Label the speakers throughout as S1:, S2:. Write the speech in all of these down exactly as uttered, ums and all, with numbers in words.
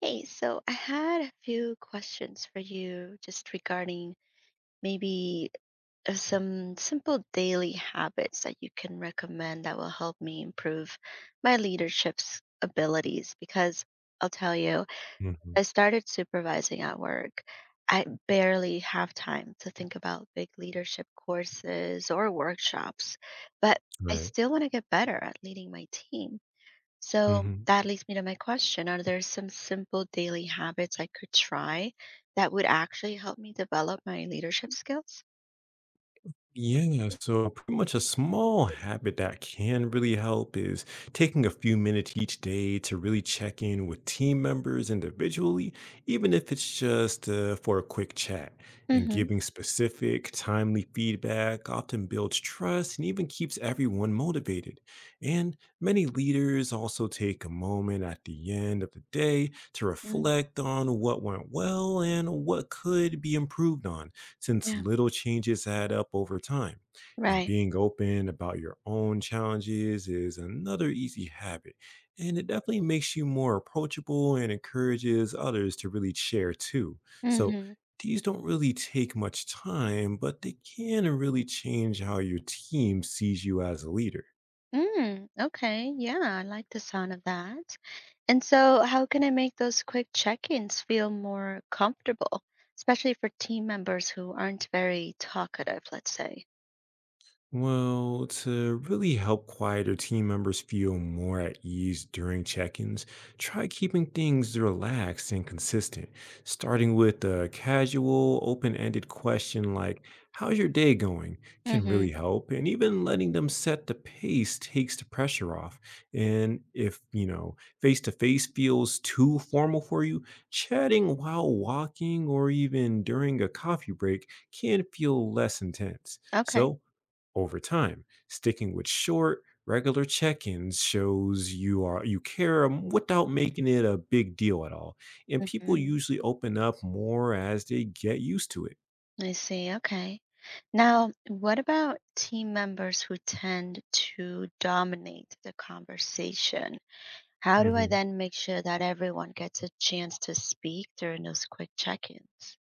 S1: Hey, so I had a few questions for you just regarding maybe uh, some simple daily habits that you can recommend that will help me improve my leadership's abilities. Because I'll tell you, I
S2: Mhm.
S1: started supervising at work. I barely have time to think about big leadership courses or workshops, but I
S2: Right.
S1: still want to get better at leading my team. So
S2: Mhm.
S1: that leads me to my question. Are there some simple daily habits I could try that would actually help me develop my leadership skills?
S2: Yeah, so pretty much a small habit that can really help is taking a few minutes each day to really check in with team members individually, even if it's just uh, for a quick chat. And
S1: Mm-hmm.
S2: giving specific, timely feedback often builds trust and even keeps everyone motivated. And many leaders also take a moment at the end of the day to
S1: Mm,
S2: reflect on what went well and what could be improved on, since
S1: yeah,
S2: little changes add up over time. And
S1: right.
S2: being open about your own challenges is another easy habit. And it definitely makes you more approachable and encourages others to really share too. So
S1: Mm-hmm.
S2: these don't really take much time, but they can really change how your team sees you as a leader.
S1: Mm, okay. Yeah, I like the sound of that. And so, how can I make those quick check-ins feel more comfortable, especially for team members who aren't very talkative, let's say?
S2: Well, to really help quieter team members feel more at ease during check ins, try keeping things relaxed and consistent, starting with a casual, open ended question like, how's your day going? Can
S1: Mm-hmm.
S2: really help. And even letting them set the pace takes the pressure off. And if, you know, face to face feels too formal for you, chatting while walking or even during a coffee break can feel less intense.
S1: Okay.
S2: So over time, sticking with short, regular check-ins shows you are you care m- without making it a big deal at all. And people
S1: Mm-hmm.
S2: usually open up more as they get used to it.
S1: I see. Okay. Now, what about team members who tend to dominate the conversation? How do I
S2: Mhm.
S1: then make sure that everyone gets a chance to speak during those quick check-ins?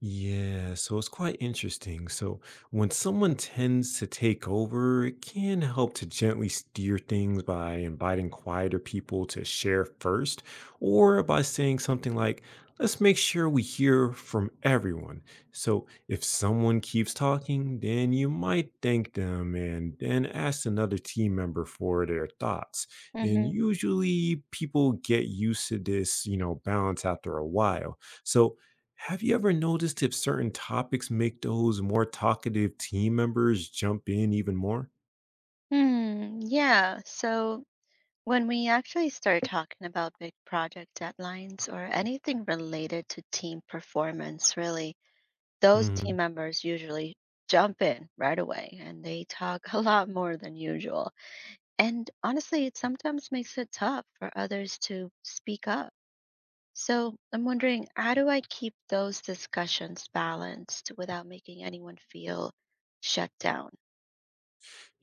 S2: Yeah, so it's quite interesting. So when someone tends to take over, it can help to gently steer things by inviting quieter people to share first, or by saying something like, let's make sure we hear from everyone. So if someone keeps talking, then you might thank them and then ask another team member for their thoughts. And
S1: Mm-hmm.
S2: usually, people get used to this, you know, balance after a while. So, have you ever noticed if certain topics make those more talkative team members jump in even more?
S1: Hmm. Yeah. So when we actually start talking about big project deadlines or anything related to team performance, really, those
S2: Mhm.
S1: team members usually jump in right away and they talk a lot more than usual. And honestly, it sometimes makes it tough for others to speak up. So I'm wondering, how do I keep those discussions balanced without making anyone feel shut down?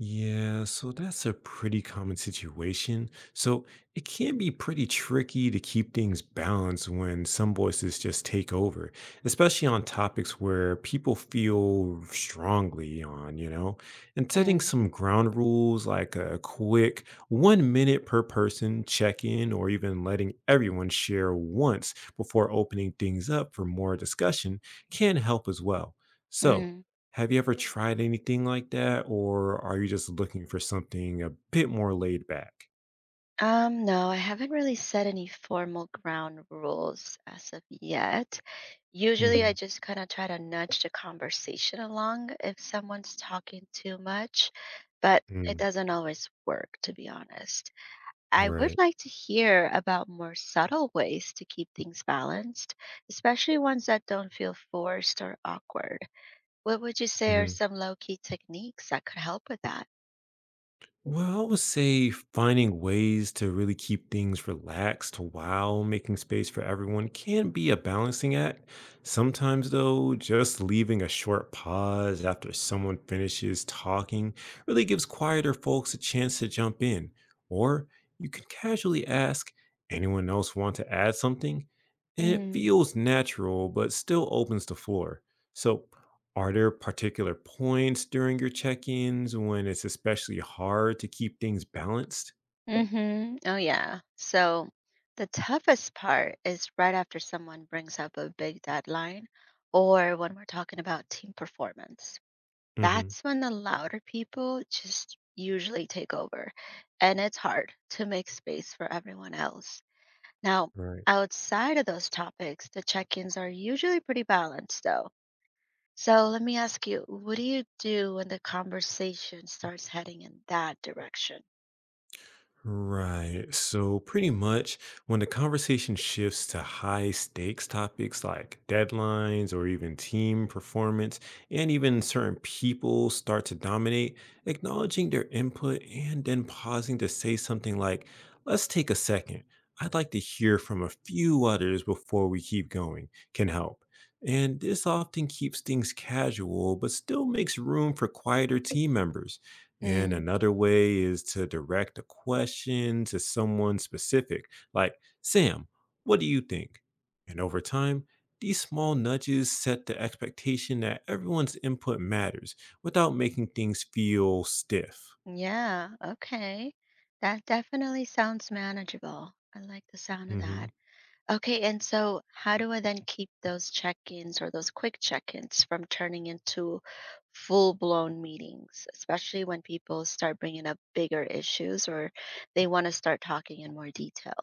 S2: Yeah, so that's a pretty common situation. So it can be pretty tricky to keep things balanced when some voices just take over, especially on topics where people feel strongly on, you know? And setting
S1: Mm,
S2: some ground rules like a quick one minute per person check in, or even letting everyone share once before opening things up for more discussion can help as well. So,
S1: mm,
S2: have you ever tried anything like that, or are you just looking for something a bit more laid back?
S1: Um, no, I haven't really set any formal ground rules as of yet. Usually, I
S2: Mhm,
S1: just kind of try to nudge the conversation along if someone's talking too much, but it
S2: mm,
S1: doesn't always work, to be honest. I would
S2: right,
S1: like to hear about more subtle ways to keep things balanced, especially ones that don't feel forced or awkward. What would you say are
S2: mhm.
S1: some low key techniques that could help with that?
S2: Well, I would say finding ways to really keep things relaxed while making space for everyone can be a balancing act. Sometimes, though, just leaving a short pause after someone finishes talking really gives quieter folks a chance to jump in. Or you can casually ask, anyone else want to add something? And it
S1: Mm.
S2: feels natural, but still opens the floor. So are there particular points during your check-ins when it's especially hard to keep things balanced?
S1: Mm-hmm. Oh, yeah. So the toughest part is right after someone brings up a big deadline or when we're talking about team performance.
S2: Mhm.
S1: That's when the louder people just usually take over, and it's hard to make space for everyone else. Now,
S2: Right.
S1: outside of those topics, the check ins are usually pretty balanced, though. So let me ask you, what do you do when the conversation starts heading in that direction?
S2: Right. So, pretty much when the conversation shifts to high stakes topics like deadlines or even team performance, and even certain people start to dominate, acknowledging their input and then pausing to say something like, let's take a second. I'd like to hear from a few others before we keep going can help. And this often keeps things casual, but still makes room for quieter team members. And
S1: Mm,
S2: another way is to direct a question to someone specific, like, Sam, what do you think? And over time, these small nudges set the expectation that everyone's input matters without making things feel stiff.
S1: yeah, okay. That definitely sounds manageable. I like the sound of that.
S2: Mhm.
S1: Okay, and so how do I then keep those check-ins or those quick check-ins from turning into full-blown meetings, especially when people start bringing up bigger issues or they want to start talking in more detail?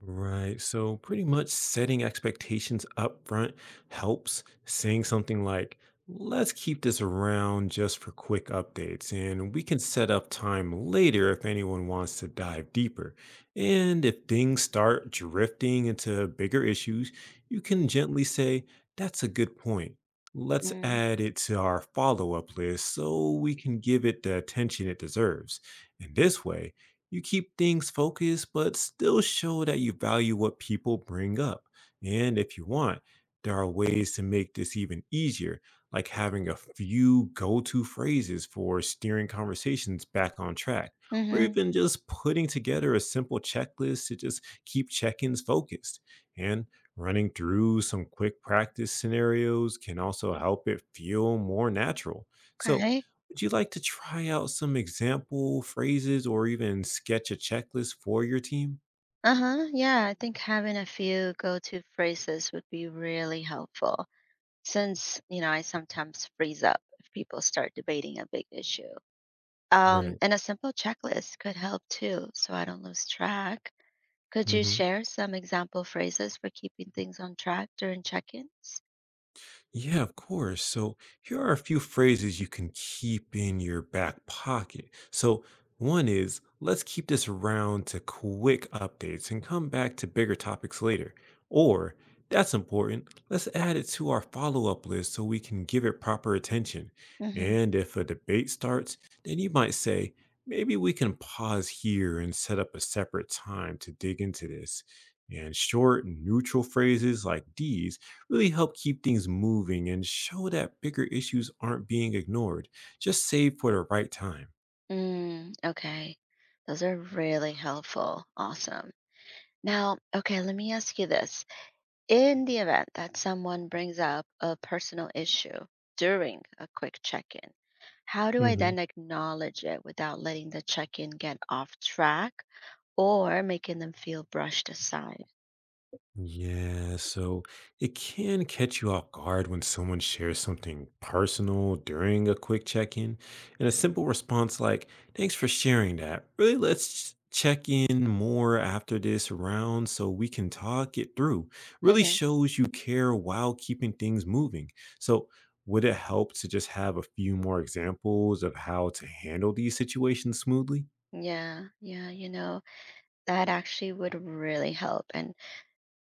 S2: Right. So pretty much setting expectations up front helps. Saying something like, let's keep this around just for quick updates, and we can set up time later if anyone wants to dive deeper. And if things start drifting into bigger issues, you can gently say, that's a good point. Let's
S1: Mm.
S2: add it to our follow up list so we can give it the attention it deserves. And this way, you keep things focused, but still show that you value what people bring up. And if you want, there are ways to make this even easier, like having a few go to phrases for steering conversations back on track, or
S1: Mm-hmm.
S2: even just putting together a simple checklist to just keep check ins focused. And running through some quick practice scenarios can also help it feel more natural. So,
S1: Okay.
S2: would you like to try out some example phrases or even sketch a checklist for your team?
S1: Uh-huh. Yeah, I think having a few go-to phrases would be really helpful since, you know, I sometimes freeze up if people start debating a big issue. Um,
S2: Right.
S1: and a simple checklist could help too, so I don't lose track. Could you
S2: Hmm.
S1: share some example phrases for keeping things on track during check ins?
S2: Yeah, of course. So here are a few phrases you can keep in your back pocket. So one is, let's keep this around to quick updates and come back to bigger topics later. Or that's important. Let's add it to our follow up list so we can give it proper attention.
S1: Hmm.
S2: And if a debate starts, then you might say, maybe we can pause here and set up a separate time to dig into this. And short and neutral phrases like these really help keep things moving and show that bigger issues aren't being ignored, just saved for the right time.
S1: Mm, okay. Those are really helpful. Awesome. Now, okay, let me ask you this. In the event that someone brings up a personal issue during a quick check in, how do I
S2: Hmm.
S1: then acknowledge it without letting the check in get off track or making them feel brushed aside?
S2: Yeah, so it can catch you off guard when someone shares something personal during a quick check-in, and a simple response like, "Thanks for sharing that. Really, let's check in more after this round so we can talk it through." Really
S1: Hmm.
S2: shows you care while keeping things moving. So, would it help to just have a few more examples of how to handle these situations smoothly?
S1: Yeah, yeah, you know, that actually would really help. And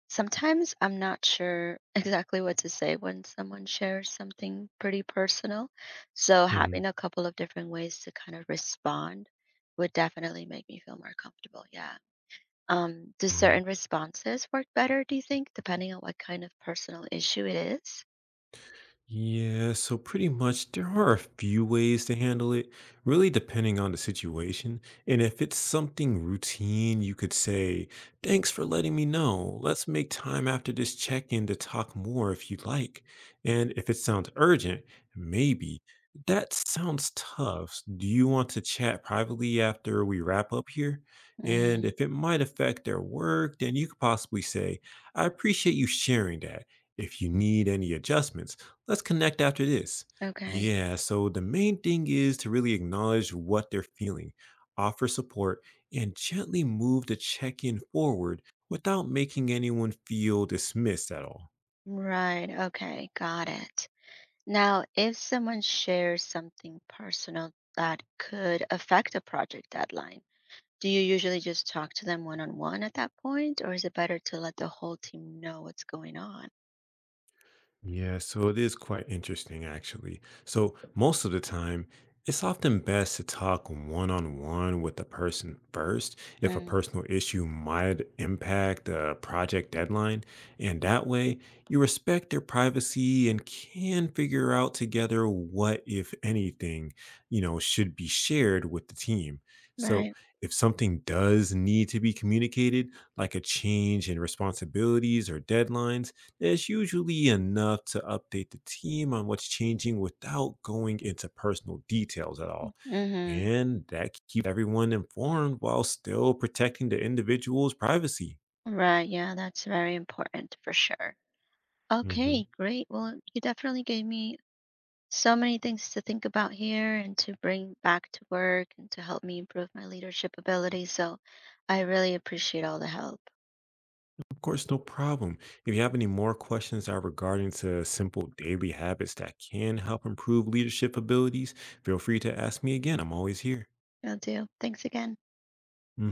S1: sometimes I'm not sure exactly what to say when someone shares something pretty personal. So
S2: Mhm,
S1: having a couple of different ways to kind of respond would definitely make me feel more comfortable. Yeah. Um, do
S2: mhm.
S1: certain responses work better, do you think, depending on what kind of personal issue it is?
S2: Yeah, so pretty much there are a few ways to handle it, really depending on the situation. And if it's something routine, you could say, thanks for letting me know. Let's make time after this check in to talk more if you'd like. And if it sounds urgent, maybe. That sounds tough. Do you want to chat privately after we wrap up here? And
S1: Mm,
S2: if it might affect their work, then you could possibly say, I appreciate you sharing that. If you need any adjustments, let's connect after this.
S1: okay.
S2: Yeah, so the main thing is to really acknowledge what they're feeling, offer support, and gently move the check in forward without making anyone feel dismissed at all.
S1: Right. Okay. Got it. Now, if someone shares something personal that could affect a project deadline, do you usually just talk to them one on one at that point, or is it better to let the whole team know what's going on?
S2: Yeah, so it is quite interesting actually. So most of the time, it's often best to talk one on one with the person first if a
S1: Mm,
S2: personal issue might impact a project deadline. And that way, you respect their privacy and can figure out together what, if anything, you know, should be shared with the team. So
S1: right.
S2: if something does need to be communicated, like a change in responsibilities or deadlines, it's usually enough to update the team on what's changing without going into personal details at all.
S1: Mm-hmm.
S2: And that keeps everyone informed while still protecting the individual's privacy.
S1: Right. Yeah, that's very important for sure.
S2: Hmm.
S1: Okay, great. Well, you definitely gave me so many things to think about here and to bring back to work and to help me improve my leadership ability. So I really appreciate all the help.
S2: Of course, no problem. If you have any more questions that are regarding to simple daily habits that can help improve leadership abilities, feel free to ask me again. I'm always here.
S1: Will do. Thanks again.
S2: Hmm.